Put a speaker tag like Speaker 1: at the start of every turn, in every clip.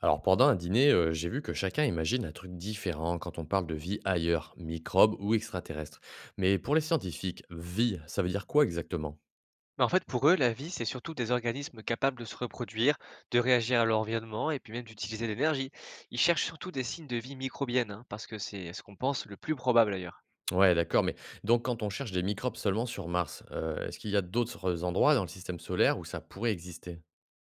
Speaker 1: Alors pendant un dîner, j'ai vu que chacun imagine un truc différent quand on parle de vie ailleurs, microbes ou extraterrestres. Mais pour les scientifiques, vie, ça veut dire quoi exactement?
Speaker 2: Mais en fait, pour eux, la vie, c'est surtout des organismes capables de se reproduire, de réagir à leur environnement et puis même d'utiliser l'énergie. Ils cherchent surtout des signes de vie microbienne, hein, parce que c'est ce qu'on pense le plus probable d'ailleurs.
Speaker 1: Ouais, d'accord, mais donc quand on cherche des microbes seulement sur Mars, est-ce qu'il y a d'autres endroits dans le système solaire où ça pourrait exister?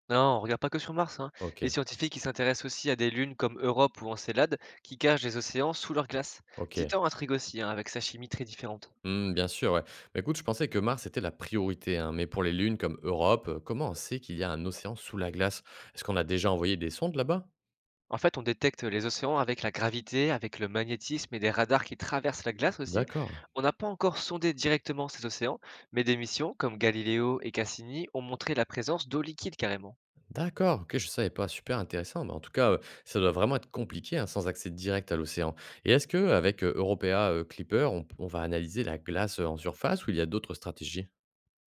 Speaker 2: Non, on regarde pas que sur Mars, hein.
Speaker 1: Ok,
Speaker 2: Les scientifiques ils s'intéressent aussi à des lunes comme Europe ou Encelade qui cachent des océans sous leur glace.
Speaker 1: ok.
Speaker 2: Titan intrigue aussi, hein, avec sa chimie très différente.
Speaker 1: Hmm, bien sûr, ouais. Mais écoute, je pensais que Mars était la priorité, hein, mais pour les lunes comme Europe, comment on sait qu'il y a un océan sous la glace? Est-ce qu'on a déjà envoyé des sondes là-bas?
Speaker 2: En fait, on détecte les océans avec la gravité, avec le magnétisme et des radars qui traversent la glace aussi.
Speaker 1: D'accord.
Speaker 2: On n'a pas encore sondé directement ces océans, mais des missions comme Galileo et Cassini ont montré la présence d'eau liquide carrément.
Speaker 1: D'accord, OK, je savais pas, super intéressant. Bah, en tout cas, ça doit vraiment être compliqué, hein, sans accès direct à l'océan? Et est-ce qu'avec, Européa, Clipper, on va analyser la glace, en surface ou il y a d'autres stratégies?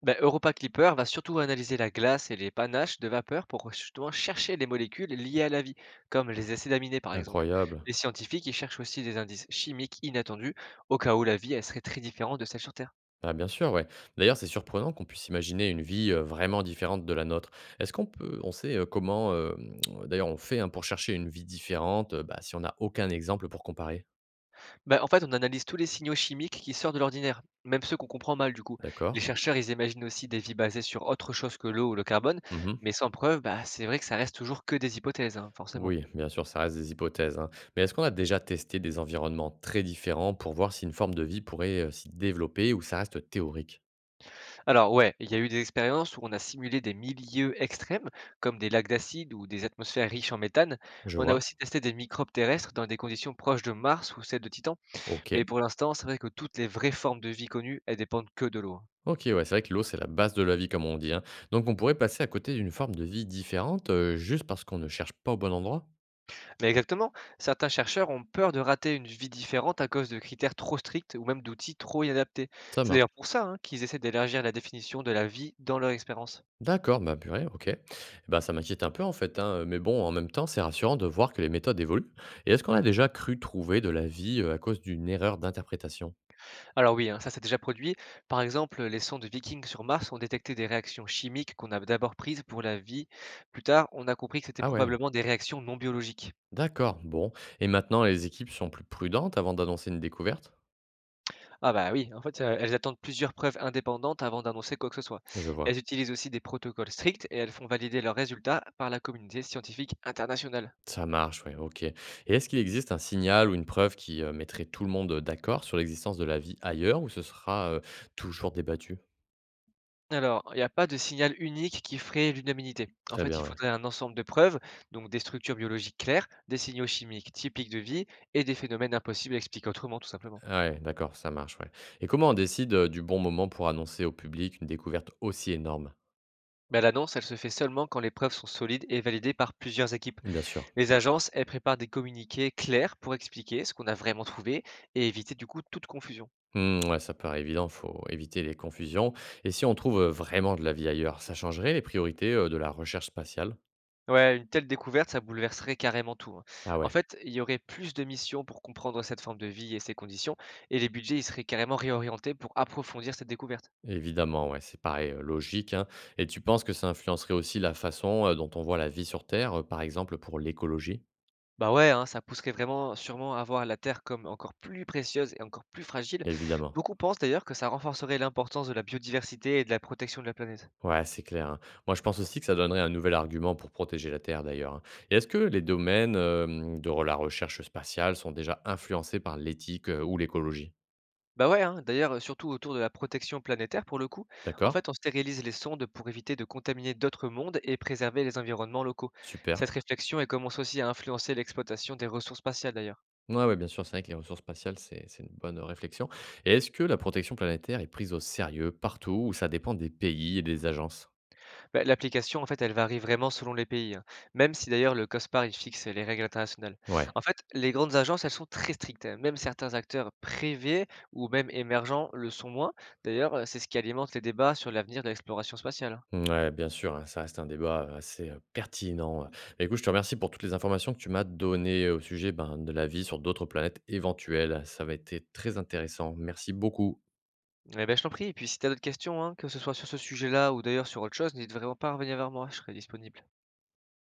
Speaker 2: Ben, Europa Clipper va surtout analyser la glace et les panaches de vapeur pour justement chercher les molécules liées à la vie, comme les acides aminés par exemple.
Speaker 1: Incroyable.
Speaker 2: Les scientifiques y cherchent aussi des indices chimiques inattendus, au cas où la vie elle serait très différente de celle sur Terre.
Speaker 1: Bah, bien sûr, ouais. D'ailleurs, c'est surprenant qu'on puisse imaginer une vie, vraiment différente de la nôtre. Est-ce qu'on peut on sait, comment, d'ailleurs on fait, hein, pour chercher une vie différente, bah, si on n'a aucun exemple pour comparer?
Speaker 2: Bah, en fait, on analyse tous les signaux chimiques qui sortent de l'ordinaire, même ceux qu'on comprend mal du coup. Les
Speaker 1: D'accord.
Speaker 2: chercheurs, ils imaginent aussi des vies basées sur autre chose que l'eau ou le carbone,
Speaker 1: Mmh.
Speaker 2: mais sans preuve, bah, c'est vrai que ça reste toujours que des hypothèses, hein, forcément.
Speaker 1: Oui, bien sûr, ça reste des hypothèses, hein. Mais est-ce qu'on a déjà testé des environnements très différents pour voir si une forme de vie pourrait s'y développer ou ça reste théorique?
Speaker 2: Alors ouais, il y a eu des expériences où on a simulé des milieux extrêmes, comme des lacs d'acide ou des atmosphères riches en méthane.
Speaker 1: Je
Speaker 2: On a
Speaker 1: vois.
Speaker 2: aussi testé des microbes terrestres dans des conditions proches de Mars ou celles de Titan,
Speaker 1: Ok.
Speaker 2: mais pour l'instant, c'est vrai que toutes les vraies formes de vie connues, elles dépendent que de l'eau, hein.
Speaker 1: Ok, ouais, c'est vrai que l'eau, c'est la base de la vie, comme on dit, hein. Donc on pourrait passer à côté d'une forme de vie différente juste parce qu'on ne cherche pas au bon endroit?
Speaker 2: Mais exactement, certains chercheurs ont peur de rater une vie différente à cause de critères trop stricts ou même d'outils trop inadaptés.
Speaker 1: Ça
Speaker 2: C'est
Speaker 1: marche.
Speaker 2: d'ailleurs pour ça hein, qu'ils essaient d'élargir la définition de la vie dans leur expérience.
Speaker 1: D'accord, bah purée, ok. Eh ben, ça m'inquiète un peu en fait, hein, mais bon, en même temps, c'est rassurant de voir que les méthodes évoluent. Et est-ce qu'on a déjà cru trouver de la vie à cause d'une erreur d'interprétation?
Speaker 2: Alors oui, hein, ça s'est déjà produit. Par exemple, les sondes Viking sur Mars ont détecté des réactions chimiques qu'on a d'abord prises pour la vie. Plus tard, on a compris que c'était
Speaker 1: Ah ouais.
Speaker 2: probablement des réactions non biologiques.
Speaker 1: D'accord, bon. Et maintenant, les équipes sont plus prudentes avant d'annoncer une découverte?
Speaker 2: Ah bah oui, en fait, elles attendent plusieurs preuves indépendantes avant d'annoncer quoi que ce soit.
Speaker 1: Je vois.
Speaker 2: Elles utilisent aussi des protocoles stricts et elles font valider leurs résultats par la communauté scientifique internationale.
Speaker 1: Ça marche, oui, ok. Et est-ce qu'il existe un signal ou une preuve qui mettrait tout le monde d'accord sur l'existence de la vie ailleurs ou ce sera toujours débattu?
Speaker 2: Alors, il n'y a pas de signal unique qui ferait l'unanimité. En
Speaker 1: Très
Speaker 2: fait, il
Speaker 1: bien, ouais.
Speaker 2: faudrait un ensemble de preuves, donc des structures biologiques claires, des signaux chimiques typiques de vie et des phénomènes impossibles à expliquer autrement, tout simplement.
Speaker 1: Ah ouais, d'accord, ça marche, ouais. Et comment on décide du bon moment pour annoncer au public une découverte aussi énorme?
Speaker 2: Mais l'annonce, elle se fait seulement quand les preuves sont solides et validées par plusieurs équipes.
Speaker 1: Bien sûr.
Speaker 2: Les agences, elles préparent des communiqués clairs pour expliquer ce qu'on a vraiment trouvé et éviter du coup toute confusion.
Speaker 1: Hmm, ouais, ça paraît évident, faut éviter les confusions. Et si on trouve vraiment de la vie ailleurs, ça changerait les priorités de la recherche spatiale?
Speaker 2: Ouais, une telle découverte, ça bouleverserait carrément tout, hein.
Speaker 1: Ah
Speaker 2: En
Speaker 1: ouais.
Speaker 2: fait, il y aurait plus de missions pour comprendre cette forme de vie et ses conditions, et les budgets, ils seraient carrément réorientés pour approfondir cette découverte.
Speaker 1: Évidemment, ouais, c'est pareil, logique, hein. Et tu penses que ça influencerait aussi la façon, dont on voit la vie sur Terre, par exemple pour l'écologie?
Speaker 2: Bah, ouais, hein, ça pousserait vraiment sûrement à voir la Terre comme encore plus précieuse et encore plus fragile.
Speaker 1: Évidemment.
Speaker 2: Beaucoup pensent d'ailleurs que ça renforcerait l'importance de la biodiversité et de la protection de la planète.
Speaker 1: Ouais, c'est clair, hein. Moi, je pense aussi que ça donnerait un nouvel argument pour protéger la Terre d'ailleurs, hein. Et est-ce que les domaines, hem, de re la recherche spatiale sont déjà influencés par l'éthique, ou l'écologie?
Speaker 2: Bah ouais, hein, d'ailleurs, surtout autour de la protection planétaire pour le coup, en
Speaker 1: D'accord,
Speaker 2: fait, on stérilise les sondes pour éviter de contaminer d'autres mondes et préserver les environnements locaux.
Speaker 1: super.
Speaker 2: Cette réflexion elle commence aussi à influencer l'exploitation des ressources spatiales d'ailleurs.
Speaker 1: Ouais, ouais, bien sûr, c'est vrai que les ressources spatiales, c'est une bonne, réflexion. Et est-ce que la protection planétaire est prise au sérieux partout ou ça dépend des pays et des agences?
Speaker 2: Bah, l'application, en fait, elle varie vraiment selon les pays, hein, même si d'ailleurs le COSPAR, il fixe les règles internationales.
Speaker 1: Ouais.
Speaker 2: En fait, les grandes agences, elles sont très strictes, hein, même certains acteurs privés ou même émergents le sont moins. D'ailleurs, c'est ce qui alimente les débats sur l'avenir de l'exploration spatiale.
Speaker 1: Ouais, bien sûr, hein, ça reste un débat assez pertinent. Et écoute, je te remercie pour toutes les informations que tu m'as données au sujet ben, de la vie sur d'autres planètes éventuelles. Ça va été très intéressant. Merci beaucoup.
Speaker 2: Eh ben, je t'en prie. Et puis, si tu as d'autres questions, hein, que ce soit sur ce sujet-là ou d'ailleurs sur autre chose, n'hésite vraiment pas à revenir vers moi, je serai disponible.